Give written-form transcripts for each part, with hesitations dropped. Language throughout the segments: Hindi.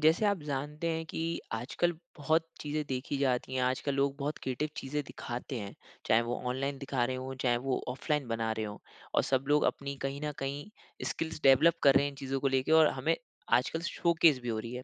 जैसे आप जानते हैं कि आजकल बहुत चीज़ें देखी जाती हैं। आजकल लोग बहुत क्रिएटिव चीज़ें दिखाते हैं, चाहे वो ऑनलाइन दिखा रहे हों, चाहे वो ऑफलाइन बना रहे हों। और सब लोग अपनी कहीं ना कहीं स्किल्स डेवलप कर रहे हैं इन चीज़ों को लेके, और हमें आजकल शोकेस भी हो रही है।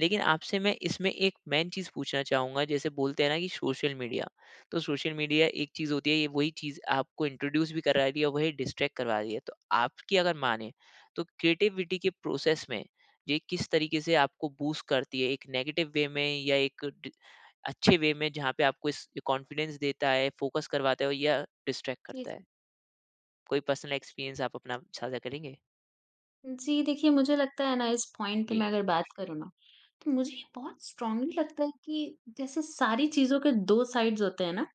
लेकिन आपसे मैं इसमें एक मेन चीज़ पूछना चाहूँगा, जैसे बोलते हैं ना कि सोशल मीडिया। तो सोशल मीडिया एक चीज़ होती है, ये वही चीज़ आपको इंट्रोड्यूस भी करा रही है और वही डिस्ट्रैक्ट करवा रही है। तो आपकी अगर माने, तो क्रिएटिविटी के प्रोसेस में ये किस तरीके से आपको बूस्ट करती है, एक नेगेटिव वे में या एक अच्छे वे में, जहाँ पे आपको इस कॉन्फिडेंस देता है, फोकस करवाता है, या डिस्ट्रैक्ट जी, करता है? जी। कोई पर्सनल एक्सपीरियंस आप अपना साझा करेंगे? जी, देखिए मुझे लगता है ना इस पॉइंट पे मैं जी, अगर बात करूँ ना, तो मुझे ये बहुत स्ट्रांगली लगता है कि जैसे सारी चीज़ों के 2 साइड्स होते हैं ना,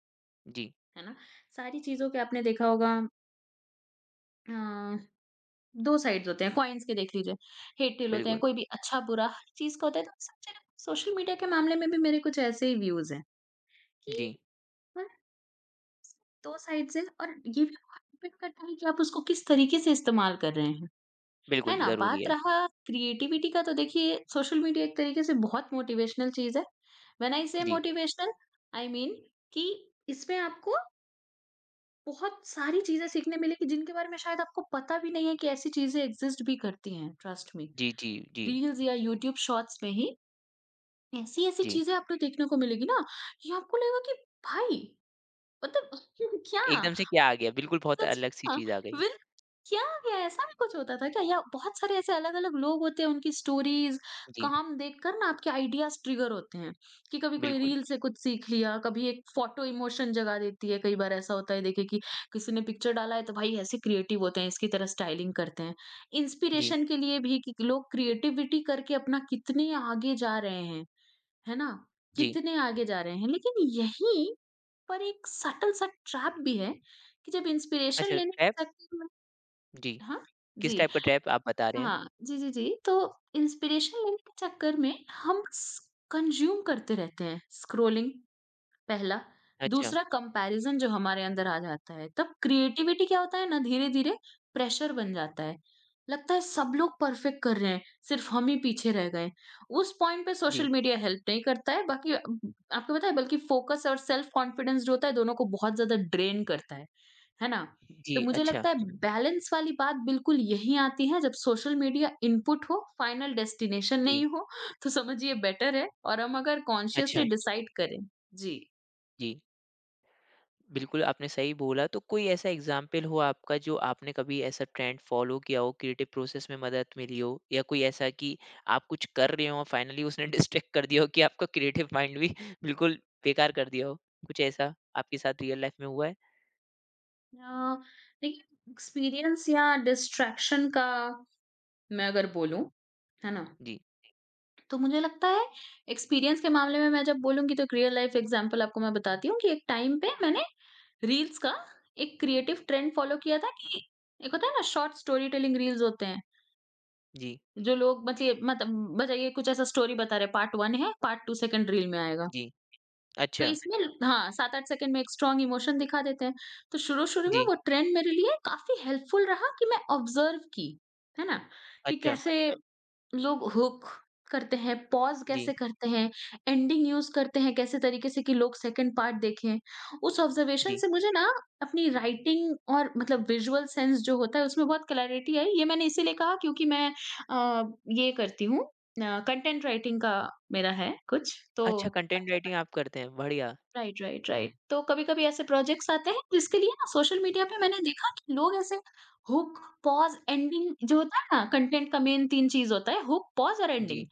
जी, है ना? सारी चीज़ों के आपने देखा होगा अ, 2 साइड्स होते हैं, कॉइन्स के देख लीजिए, हेट टेल होते हैं, बिल्कुल। कोई भी अच्छा-बुरा हर चीज़ का होता है, तो सबसे ज़्यादा सोशल मीडिया के मामले में भी मेरे कुछ ऐसे ही व्यूज़ हैं कि जी, हर 2 साइड्स हैं और ये भी बहुत डिपेंड करता है कि आप उसको किस तरीके से इस्तेमाल कर रहे हैं। है बिल्कुल ना? जरूरी बात है। रहा क्रिएटिविटी का तो देखिए सोशल मीडिया एक तरीके से बहुत मोटिवेशनल चीज़ है। व्हेन आई से जी, मोटिवेशनल आई मीन कि इसमें आपको बहुत सारी चीज़ें सीखने मिलेगी जिनके बारे में शायद आपको पता भी नहीं है कि ऐसी चीज़ें एग्ज़िस्ट भी करती हैं, ट्रस्ट मी। जी, जी, जी, रील्स या यूट्यूब शॉर्ट्स में ही ऐसी-ऐसी जी। चीज़ें आपको देखने को मिलेगी ना कि आपको लगेगा कि भाई मतलब क्या? एकदम से क्या आ गया, बिल्कुल, बहुत अलग सी अच्छा! चीज आ गई। विल क्या क्या ऐसा भी कुछ होता था क्या? या बहुत सारे ऐसे अलग-अलग लोग होते हैं, उनकी स्टोरीज़, जी, काम देखकर ना आपके आइडियाज़ ट्रिगर होते हैं, कि कभी कोई बिल्कुल। रील से कुछ सीख लिया, कभी एक फ़ोटो इमोशन जगा देती है, कई बार ऐसा होता है देखिए कि किसी ने पिक्चर डाला है तो भाई ऐसे क्रिएटिव होते हैं, इसकी तरह स्टाइलिंग करते हैं। जी, इंस्पिरेशन के लिए भी कि लोग क्रिएटिविटी करके अपना कितने आगे जा रहे हैं, है ना? जी। कितने आगे जा रहे हैं। लेकिन यही पर एक सटल सा ट्रैप भी है कि जब इंस्पिरेशन अच्छा, लेने ट्रैप? के चक्कर में जी, हाँ, किस जी। टाइप का ट्रैप आप बता रहे हैं? हाँ, जी, जी, जी। तो इंस्पिरेशन लेने के चक्कर में हम स कंज़्यूम करते रहते हैं स्क्रॉलिंग पहला। अच्छा। दूसरा कंपैरिज़न जो हमारे अंदर आ जाता है, तब क्रिएटिविटी क्या होता है ना धीरे-धीरे प्रेशर बन जाता है। लगता है सब लोग परफेक्ट कर रहे हैं, सिर्फ़ हम ही पीछे रह गए। उस पॉइंट पे जी। सोशल मीडिया हेल्प नहीं करता है, बाकी आपको पता है बल्कि फ़ोकस और सेल्फ़ कॉन्फिडेंस जो होता है दोनों को बहुत ज़्यादा ड्रेन करता है। है ना? तो जी, मुझे अच्छा। लगता है जी। बैलेंस वाली बात बिल्कुल यहीं आती है जब सोशल मीडिया इनपुट हो, फाइनल डेस्टिनेशन जी। नहीं हो, तो समझिए बेटर है और हम अगर कॉन्शियसली अच्छा। डिसाइड करें। जी। जी, बिल्कुल, आपने सही बोला। तो कोई ऐसा एग्ज़ाम्पल हो आपका जो आपने कभी ऐसा ट्रेंड फ़ॉलो किया हो, क्रिएटिव प्रोसेस में मदद मिली हो, या कोई ऐसा कि आप कुछ कर रहे हो और फाइनली उसने डिस्ट्रैक्ट कर दिया हो कि आपका क्रिएटिव माइंड भी बिल्कुल बेकार कर दिया हो? कुछ ऐसा आपके साथ रियल लाइफ़ में हुआ है? अ, देखिए एक्सपीरियंस या डिस्ट्रैक्शन का मैं अगर बोलूं, है ना? जी, तो मुझे लगता है एक्सपीरियंस के मामले में मैं जब बोलूँगी तो एक रियल लाइफ एग्जांपल आपको मैं बताती हूँ कि एक टाइम पे मैंने रील्स का एक क्रिएटिव ट्रेंड फॉलो किया था कि एक होता है ना शॉर्ट स्टोरी टेलिंग रील्स होते हैं, जी, जो लोग मतलब बताइए कुछ ऐसा स्टोरी बता रहे हैं पार्ट 1 है, पार्ट 2 सेकंड रील में आएगा। जी। तो अच्छा। इसमें हाँ, 7-8 सेकंड में एक स्ट्रॉन्ग इमोशन दिखा देते हैं। तो शुरू-शुरू में जी। वो ट्रेंड मेरे लिए काफ़ी हेल्पफुल रहा कि मैं ऑब्ज़र्व की, है ना? कि अच्छा। कैसे लोग हुक करते हैं, पॉज़ कैसे जी, करते हैं, एंडिंग यूज़ करते हैं कैसे तरीके से कि लोग सेकंड पार्ट देखें। उस ऑब्ज़र्वेशन जी। से मुझे ना अपनी राइटिंग और मतलब विजुअल सेंस जो होता है उसमें बहुत क्लैरिटी आई। ये मैंने इसीलिए कहा क्योंकि मैं अ, ये करती हूँ कंटेंट राइटिंग का मेरा है कुछ, तो अच्छा, कंटेंट अच्छा राइटिंग आप करते हैं, बढ़िया। Right, right, right. तो कभी-कभी ऐसे प्रोजेक्ट्स आते हैं जिसके लिए ना सोशल मीडिया पे मैंने देखा कि लोग ऐसे हुक, पॉज़, एंडिंग जो होता है ना कंटेंट का मेन 3 चीज़ होता है हुक, पॉज़ और जी, एंडिंग।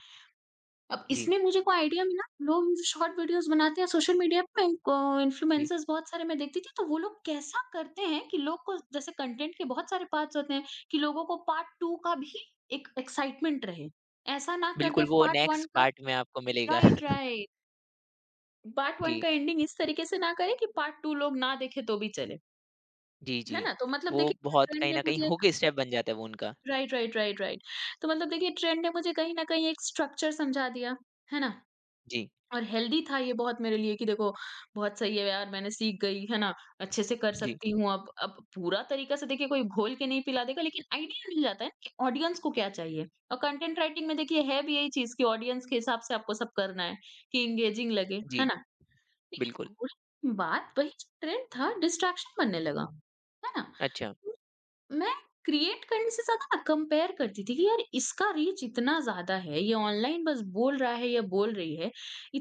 अब जी, इसमें मुझे कोई आइडिया मिला लोग शॉर्ट वीडियोज़ बनाते हैं सोशल मीडिया पे जी। इन्फ्लुएंसर्स बहुत सारे मैं देखती थी तो वो लोग कैसा करते हैं कि लोग को जैसे कंटेंट के बहुत सारे पार्ट्स होते हैं कि लोगों को पार्ट 2 का भी एक एक्साइटमेंट रहे। ऐसा ना कर दे बिल्कुल, वो पार्ट 1 नेक्स्ट का पार्ट में आपको मिलेगा। Right, right. पार्ट 1 जी। का एंडिंग इस तरीके से ना करें कि पार्ट 2 लोग ना देखें तो भी चले, जी, है जी। ना? तो मतलब वो देखिए बहुत ट्रेंड कहीं ने न कहीं मुझे हुक स्टेप बन जाता है वो उनका। Right, right, right, right. तो मतलब देखिए ट्रेंड ने मुझे कहीं न कहीं एक स्ट्रक्चर समझा दिया, है ना? जी, और हेल्दी था ये बहुत मेरे लिए कि देखो बहुत सही है यार मैंने सीख गई, है ना? अच्छे से कर जी, सकती हूँ अब पूरा तरीका से देखिए कोई घोल के नहीं पिला देगा लेकिन आइडिया मिल जाता है ना कि ऑडियंस को क्या चाहिए। और कंटेंट राइटिंग में देखिए है भी यही चीज़ कि ऑडियंस के हिसाब से आपको सब करना है कि एंगेजिंग लगे, है जी, ना? लेकिन बिल्कुल। थोड़ी बाद वही ट्रेंड था डिस्ट्रैक्शन बनने लगा, है ना? अच्छा। तो मैं क्रिएट करने से ज़्यादा ना कंपेयर करती थी कि यार इसका रीच इतना ज़्यादा है, ये ऑनलाइन बस बोल रहा है या बोल रही है,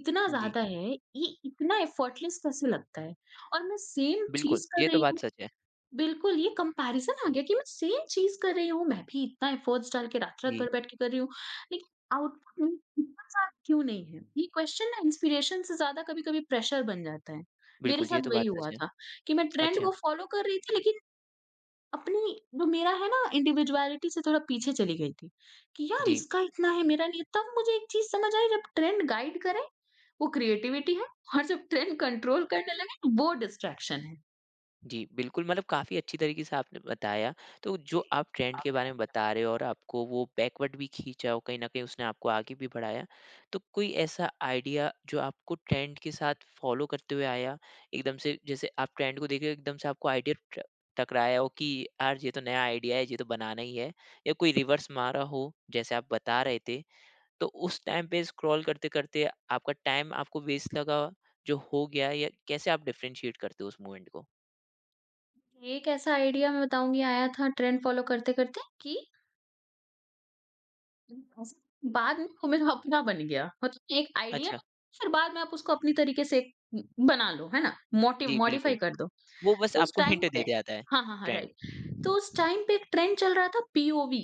इतना जी, ज़्यादा है, ये इतना एफर्टलेस कैसे लगता है? और मैं सेम बिल्कुल, चीज़ ये कर तो रही बात हूँ सच है। बिल्कुल, ये कंपैरिज़न आ गया कि मैं सेम चीज़ कर रही हूँ, मैं भी इतना एफर्ट्स डाल के रात-रात जी, भर बैठ के कर रही हूँ, लेकिन आउटपुट में इतना सारा क्यों नहीं है? ये क्वेश्चन ना इंस्पिरेशन से ज़्यादा कभी-कभी प्रेशर बन जाता है। मेरे बिल्कुल, ये साथ तो वही बात सच हुआ है। था कि मैं ट्रेंड अच्छा। को फ़ॉलो कर रही थी, लेकिन अपनी जो मेरा है ना इंडिविजुअलिटी से थोड़ा पीछे चली गई थी कि यार जी। इसका इतना है, मेरा नहीं है। तब मुझे एक चीज़ समझ आई जब ट्रेंड गाइड करे, वो क्रिएटिविटी है और जब ट्रेंड कंट्रोल करने लगे, वो डिस्ट्रैक्शन है। जी, बिल्कुल, मतलब काफ़ी अच्छी तरीके से आपने बताया। तो जो जी। जी, आप ट्रेंड के आप बारे में ट्रेंड के बता बारे में रहे हो, और आपको वो बैकवर्ड भी खींचा और कहीं न कहीं उसने आपको आगे भी बढ़ाया। तो कोई ऐसा आइडिया जो आपको ट्रेंड के साथ फ़ॉलो करते हुए आया? एकदम से जैसे आप ट्रेंड को देख रहे हो, एकदम से आपको आइडिया ट टकराया हो कि यार ये तो नया आइडिया है, ये तो बनाना ही है। या कोई रिवर्स मारा हो जैसे आप बता रहे थे, तो उस टाइम पे स्क्रॉल करते-करते आपका टाइम आपको वेस्ट लगा जो हो गया, या कैसे आप डिफरेंशिएट करते हो उस मूवमेंट को? ये कैसा आइडिया मैं बताऊँगी आया था ट्रेंड फ़ॉलो करते-करते कि बाद में वो मेरा अपना बन गया। मतलब एक आइडिया फिर बाद में आप उसको अपनी तरीके से उम, बना लो, है ना? मोटिव जी, बिल्कुल। मॉडिफ़ाई कर दो। वो बस तो उस आपको टाइम हिंट पे दे जाता है, हाँ, हाँ, हाँ, ट्रेंड। राइट। तो उस टाइम पे एक ट्रेंड चल रहा था पीओवी,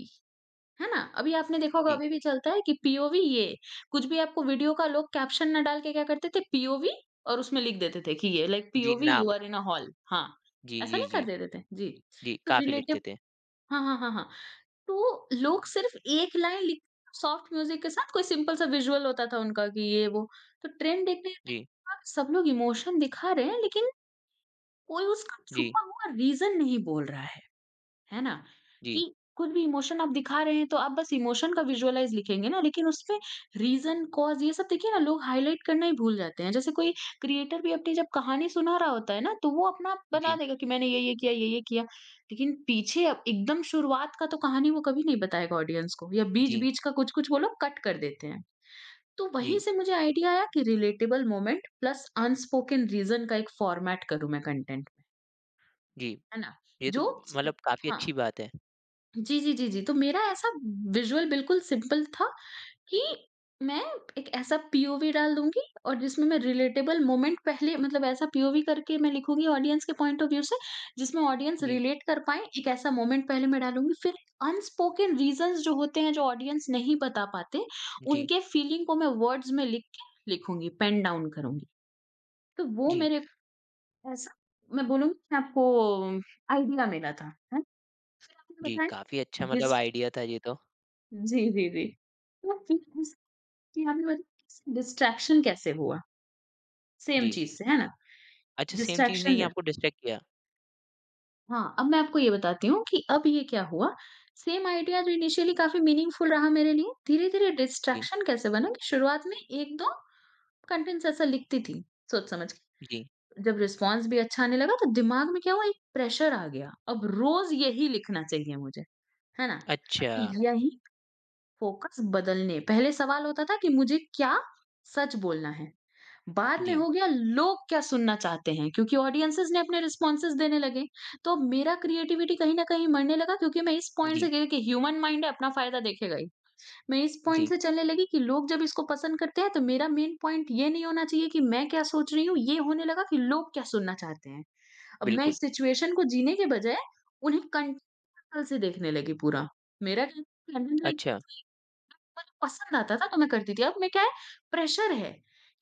है ना? अभी आपने देखा होगा जी, अभी भी चलता है कि पीओवी ये, कुछ भी आपको वीडियो का लोग कैप्शन ना डाल के क्या करते थे पीओवी और उसमें लिख देते थे कि ये लाइक जी, पीओवी नाम। You are in a hall हाँ, जी, ऐसा जी, नहीं कर जी। देते थे? जी। जी, तो काफ़ी रिलेटिव लिखते थे। हाँ, हाँ, हाँ, हाँ। तो लोग सिर्फ एक लाइन लिख सॉफ्ट म्यूज़िक के साथ कोई सिंपल सा विजुअल होता था उनका कि ये वो। तो ट्रेंड देखने के जी, बाद सब लोग इमोशन दिखा रहे हैं लेकिन कोई उसका जी, छुपा हुआ रीज़न नहीं बोल रहा है। है ना? जी, कि कुछ भी इमोशन आप दिखा रहे हैं तो आप बस इमोशन का विजुअलाइज़ लिखेंगे ना, लेकिन उसपे रीज़न, कॉज़ ये सब देखिए ना लोग हाइलाइट करना ही भूल जाते हैं। जैसे कोई क्रिएटर भी अपनी जब कहानी सुना रहा होता है ना, तो वो अपना बना जी, देगा कि मैंने ये-ये किया, ये-ये किया। लेकिन पीछे अब एकदम शुरुआत का तो कहानी वो कभी नहीं बताएगा ऑडियंस को या जी, बीच-बीच का कुछ-कुछ वो लोग कट कर देते हैं। तो जी, वहीं से मुझे आइडिया आया कि relatable moment plus unspoken reason का एक फ़ॉर्मेट करूँ मैं कंटेंट में, जी। है ना? ये तो जो स मतलब काफ़ी अच्छी हाँ। बात है। जी, जी, जी, जी। तो मेरा ऐसा विज़ुअल बिल्कुल सिंपल था कि मैं एक ऐसा पीओवी डाल दूँगी और जिसमें मैं रिलेटेबल मोमेंट पहले मतलब ऐसा पीओवी करके मैं लिखूँगी ऑडियंस के पॉइंट ऑफ व्यू से, जिसमें ऑडियंस जी, रिलेट कर पाएँ, एक ऐसा मोमेंट पहले मैं डालूँगी। फिर अनस्पोकन रीज़न्स जो होते हैं, जो ऑडियंस नहीं बता पाते, जी, उनके फीलिंग को मैं वर्ड्स में लिख के लिखूँगी, पेन डाउन करूँगी। तो वो जी, मेरे को ऐसा मैं बोलूँगी कि आपको आइडिया मिला था, है ना? फिर आपने जी, बताया काफ़ी अच्छा मतलब जिस आइडिया था ये तो। जी, जी, जी। तो फिटनेस की हमें मतलब डिस्ट्रैक्शन कैसे हुआ? सेम जी। चीज़ से, है ना? अच्छा, सेम चीज़ ने डिस्ट्रैक्शन ही ज आपको डिस्ट्रैक्ट किया? हाँ, अब मैं आपको ये बताती हूँ कि अब ये क्या हुआ, सेम आइडिया जो इनिशियली काफ़ी मीनिंगफुल रहा मेरे लिए, धीरे-धीरे जी, डिस्ट्रैक्शन कैसे बना कि शुरुआत में 1-2 कंटेंट्स ऐसा लिखती थी, सोच-समझ के। जी। जब रिस्पॉन्स भी अच्छा आने लगा तो दिमाग में क्या हुआ, एक प्रेशर आ गया, अब रोज़ यही लिखना चाहिए मुझे, है ना? अच्छा। अच्छा। यही फोकस बदलने पहले सवाल होता था कि मुझे क्या सच बोलना है? बाद में जी, हो गया लोग क्या सुनना चाहते हैं क्योंकि ऑडियंसेस ने अपने रिस्पॉन्सेस देने लगे तो अब मेरा क्रिएटिविटी कहीं ना कहीं मरने लगा क्योंकि मैं इस पॉइंट जी, से गई कि ह्यूमन माइंड है अपना फायदा देखेगा ही मैं इस पॉइंट जी, से चलने लगी कि लोग जब इसको पसंद करते हैं तो मेरा मेन पॉइंट ये नहीं होना चाहिए कि मैं क्या सोच रही हूँ ये होने लगा कि लोग क्या सुनना चाहते हैं अब मैं बिल्कुल। इस सिचुएशन को जीने के बजय उन्हें कंटेंट से देखने लगी पूरा मेरा कंटेंट अच्छा, पर पसंद आता था तो मैं करती थी। अब मैं क्या है प्रेशर है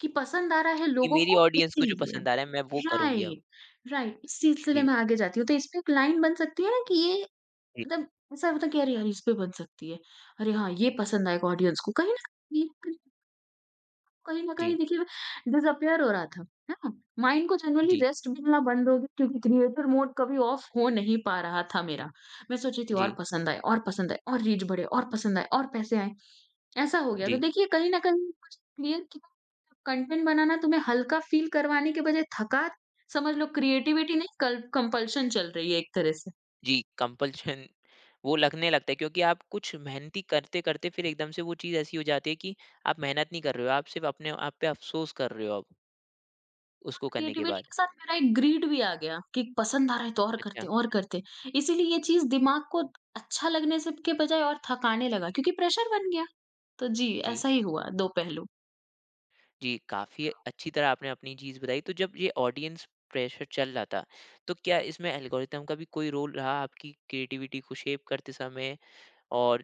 कि पसंद आ रहा है कि लोगों मेरी को ऑडियंस को जो इसीलिए। पसंद आ रहा है मैं वो करूँगी अब। राइट, राइट इस सिलसिले जी, में आगे जाती हूँ। तो इसपे एक लाइन बन सकती है ना कि ये जी, मतलब ऐसा होता है कि अरे यार! इस पे बन सकती है। अरे हाँ, ये पसंद आएगा ऑडियंस को। न कहीं न जी, कहीं देखिए डिसअपियर हो रहा था, है ना? माइंड को जनरली जी, रेस्ट मिलना बंद हो गया क्योंकि क्रिएटर मोड कभी ऑफ हो नहीं पा रहा था मेरा। मैं सोच रही थी और जी, पसंद आए और पसंद आए और रीच बढ़े और पसंद आए और पैसे आएँ। ऐसा हो गया। तो जी। देखिए कहीं न कहीं कुछ क्लियर किया। कंटेंट बनाना तुम्हें हल्का फ़ील करवाने के बजाय थका। समझ लो क्रिएटिविटी नहीं कल कंपल्शन चल रही है एक तरह से। जी, कंपल्शन वो लगने लगता है, क्योंकि आप कुछ मेहनती करते-करते फिर एकदम से वो चीज़ ऐसी हो जाती है कि आप मेहनत नहीं कर रहे हो, आप सिर्फ़ अपने आप पे अफ़सोस कर रहे हो आप, उसको करने के क्रिएटिविटी बाद। के साथ मेरा एक ग्रीड भी आ गया कि पसंद आ रहा है तो और अच्छा। करते हैं और करते हैं। इसीलिए ये चीज़ दिमाग को अच्छा लगने से के बजाय और थकाने लगा क्योंकि प्रेशर बन गया। तो जी, जी। ऐसा ही हुआ, 2 पहलू। जी, काफ़ी अच्छी तरह आपने अपनी चीज़ बताई। तो जब ये ऑडियंस प्रेशर चल रहा था, तो क्या इसमें एल्गोरिथम का भी कोई रोल रहा आपकी क्रिएटिविटी को शेप करते समय, और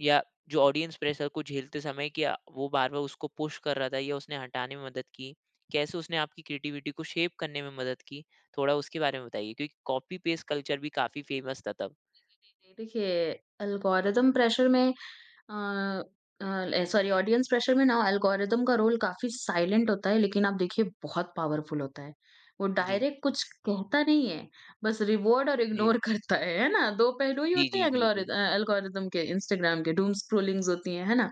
या जो ऑडियंस प्रेशर को झेलते समय क्या वो बार-बार उसको पुश कर रहा था या उसने हटाने में मदद की? कैसे उसने आपकी क्रिएटिविटी को शेप करने में मदद की? थोड़ा उसके बारे में बताइए, क्योंकि कॉपी पेस्ट कल्चर भी काफ़ी फेमस था तब। जी, देखिए एल्गोरिदम प्रेशर में अ सॉरी ऑडियंस प्रेशर में ना एल्गोरिदम का रोल काफ़ी साइलेंट होता है, लेकिन आप देखिए बहुत पावरफुल होता है। वो जी, डायरेक्ट कुछ कहता नहीं है, बस रिवॉर्ड और जी। इग्नोर करता है ना? 2 पहलू ही जी, होते जी, हैं बिल्कुल। एल्गोरिदम के। इंस्टाग्राम के डूम स्क्रॉलिंग्स होती हैं, है ना?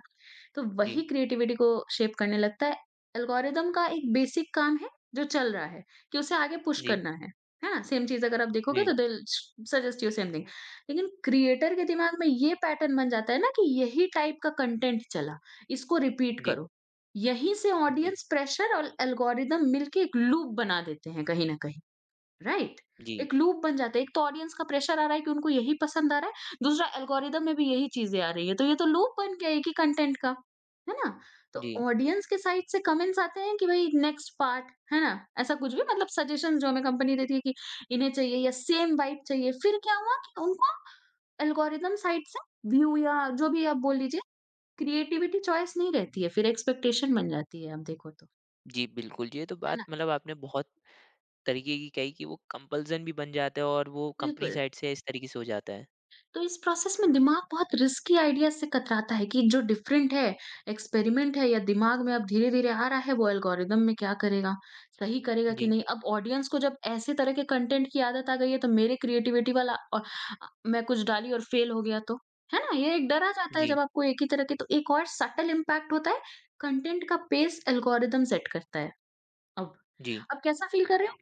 तो जी, वही क्रिएटिविटी को शेप करने लगता है। एल्गोरिदम का एक बेसिक काम है जो चल रहा है कि उसे आगे पुश जी, करना है ना? सेम चीज़ अगर आप देखोगे जी, तो they will suggest you same thing. लेकिन क्रिएटर के दिमाग में ये पैटर्न बन जाता है ना कि यही टाइप का कंटेंट चला, इसको रिपीट जी, करो। यहीं से जी, ऑडियंस प्रेशर और एल्गोरिदम मिलके एक लूप बना देते हैं कहीं न कहीं। राइट, जी, एक लूप बन जाता है। एक तो ऑडियंस का प्रेशर आ रहा है कि उनको यही पसंद आ रहा है, दूसरा एल्गोरिदम में भी यही चीजें आ रही है, तो ये तो लूप बन गया एक ही कंटेंट का, है ना? तो जी, ऑडियंस के साइड से कमेंट्स आते हैं कि भाई नेक्स्ट पार्ट, है ना? ऐसा कुछ भी मतलब सजेशन जो हमें कंपनी देती है कि इन्हें चाहिए या सेम वाइब चाहिए। फिर क्या हुआ कि उनको एल्गोरिदम साइड से व्यू या जो भी आप बोल लीजिए, क्रिएटिविटी चॉइस नहीं रहती है, फिर एक्सपेक्टेशन बन जाती है आप देखो तो, जी, बिल्कुल। जी। ये तो है बात ना? मतलब आपने बहुत तरीके की कही कि वो कंपल्सन भी बन जाता है और वो कंपनी बिल्कुल। साइड से इस तरीके से हो जाता है। तो इस प्रोसेस में दिमाग बहुत रिस्की आइडियाज़ से कतराता है कि जो डिफरेंट है, एक्सपेरिमेंट है, या दिमाग में अब धीरे-धीरे आ रहा है, वो एल्गोरिदम में क्या करेगा? सही करेगा कि जी, नहीं? अब ऑडियंस को जब ऐसे तरह के कंटेंट की आदत आ गई है, तो मेरे क्रिएटिविटी वाला और मैं कुछ डाली और फेल हो गया तो, है ना? ये एक डर आ जाता है जी, जब आपको एक ही तरह के, तो एक और सटल इम्पैक्ट होता है। कंटेंट का पेस एल्गोरिदम सेट करता है। अब जी, अब कैसा फ़ील कर रहे हो?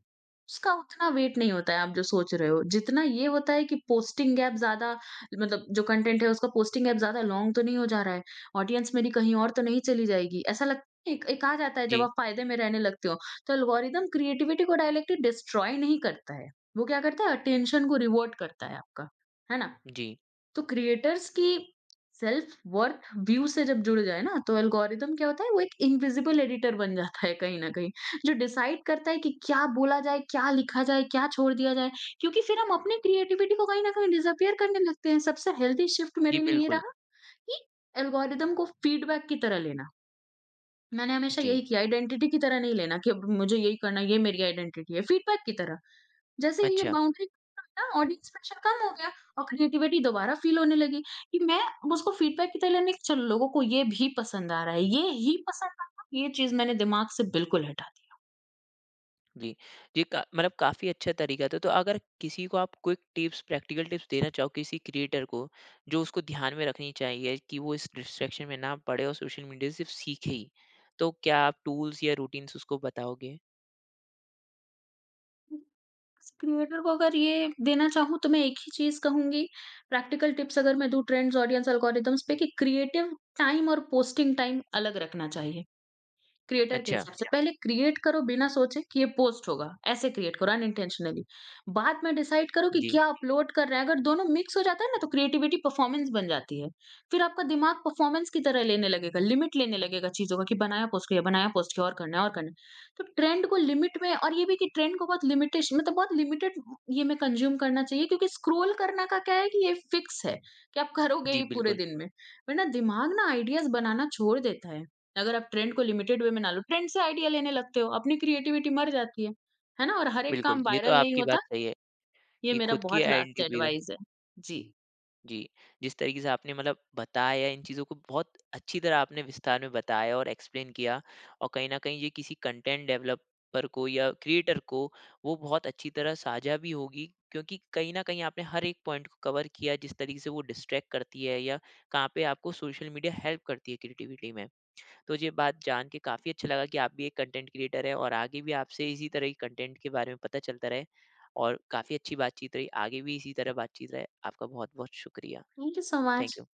उसका उतना वेट नहीं होता है आप जो सोच रहे हो। जितना ये होता है कि पोस्टिंग गैप ज़्यादा, मतलब जो कंटेंट है उसका पोस्टिंग गैप ज़्यादा लॉन्ग तो नहीं हो जा रहा है, ऑडियंस मेरी कहीं और तो नहीं चली जाएगी। ऐसा लगता है एक एक आ जाता है जब जी, आप फ़ायदे में रहने लगते हो। तो एल्गोरिदम क्रिएटिविटी को डायरेक्टली डिस्ट्रॉय नहीं करता है। वो क्या करता है, अटेंशन को रिवॉर्ड करता है आपका, है ना? जी, तो क्रिएटर्स की सेल्फ वर्थ व्यू से जब जुड़ जाए ना, तो एल्गोरिदम क्या होता है, वो एक इनविजिबल एडिटर बन जाता है कहीं ना कहीं, जो डिसाइड करता है कि क्या बोला जाए, क्या लिखा जाए, क्या छोड़ दिया जाए, क्योंकि फिर हम अपनी क्रिएटिविटी को कहीं ना कहीं डिसअपियर करने लगते हैं। सबसे हेल्दी शिफ्ट जी, मेरे लिए ये बिल्कुल। रहा कि एल्गोरिदम को फीडबैक की तरह लेना, मैंने हमेशा जी, यही किया, आइडेंटिटी की तरह नहीं लेना कि अब मुझे यही करना है, ये मेरी आइडेंटिटी है, फीडबैक की तरह। जैसे ही ये अच्छा। बाउंड्री ना, ऑडियंस प्रेशर कम हो गया और क्रिएटिविटी दोबारा फील होने लगी कि मैं अब उसको फीडबैक की तरह लेने की, चलो लोगों को ये भी पसंद आ रहा है, ये ही पसंद आ रहा है, ये चीज़ मैंने दिमाग से बिल्कुल हटा दी। जी। ये का मतलब काफ़ी अच्छा तरीका था। तो अगर किसी को आप क्विक टिप्स, प्रैक्टिकल टिप्स देना चाहो किसी क्रिएटर को, जो उसको ध्यान में रखनी चाहिए कि वो इस डिस्ट्रैक्शन में ना पड़े और सोशल मीडिया से सिर्फ सीखे ही, तो क्या आप टूल्स या रूटीन्स उसको बताओगे? क्रिएटर को अगर ये देना चाहूँ तो मैं एक ही चीज़ कहूँगी, प्रैक्टिकल टिप्स अगर मैं दूँ ट्रेंड्स, ऑडियंस, एल्गोरिदम्स पे, कि क्रिएटिव टाइम और पोस्टिंग टाइम अलग रखना चाहिए। क्रिएटर के अच्छा। हिसाब से पहले क्रिएट करो बिना सोचे कि ये पोस्ट होगा, ऐसे क्रिएट करो अनइंटेंशनली। बाद में डिसाइड करो कि जी। क्या अपलोड कर रहे हैं। अगर दोनों मिक्स हो जाता है ना, तो क्रिएटिविटी परफॉर्मेंस बन जाती है। फिर आपका दिमाग परफॉर्मेंस की तरह लेने लगेगा, लिमिट लेने लगेगा चीजों का, कि बनाया पोस्ट किया, बनाया पोस्ट किया, और करना है और करना है। तो ट्रेंड को लिमिट में, और ये भी कि ट्रेंड को बहुत लिमिटेशन, मतलब बहुत लिमिटेड ये में कंज्यूम करना चाहिए, क्योंकि स्क्रोल करना का क्या है कि ये फिक्स है कि आप करोगे जी, ही पूरे बिल्कुल, दिन में। वरना दिमाग ना आइडियाज बनाना छोड़ देता है। अगर आप ट्रेंड को लिमिटेड वे में ना लो, ट्रेंड से आइडिया लेने लगते हो, अपनी क्रिएटिविटी मर जाती है ना? और हर एक बिल्कुल। काम ये तो वायरल नहीं आपकी होता, बात सही है ये कि मेरा खुद की बहुत लास्ट आइडेंटिटी बिग। एडवाइस है। जी, जी, जिस तरीके से आपने मतलब बताया इन चीज़ों को, बहुत अच्छी तरह आपने विस्तार में बताया और एक्सप्लेन किया, और कहीं न कहीं ये किसी कंटेंट डेवलपर को या क्रिएटर को वो बहुत अच्छी तरह साझा भी होगी, क्योंकि कहीं न कहीं आपने हर एक पॉइंट को कवर किया, जिस तरीके से वो डिस्ट्रैक्ट करती है या कहाँ पे आपको सोशल मीडिया हेल्प करती है क्रिएटिविटी में। तो ये बात जान के काफ़ी अच्छा लगा कि आप भी एक कंटेंट क्रिएटर हैं और आगे भी आपसे इसी तरह के कंटेंट के बारे में पता चलता रहे, और काफ़ी अच्छी बातचीत रही। आगे भी इसी तरह बातचीत रहे। आपका बहुत-बहुत शुक्रिया। Thank you so much. Thank you.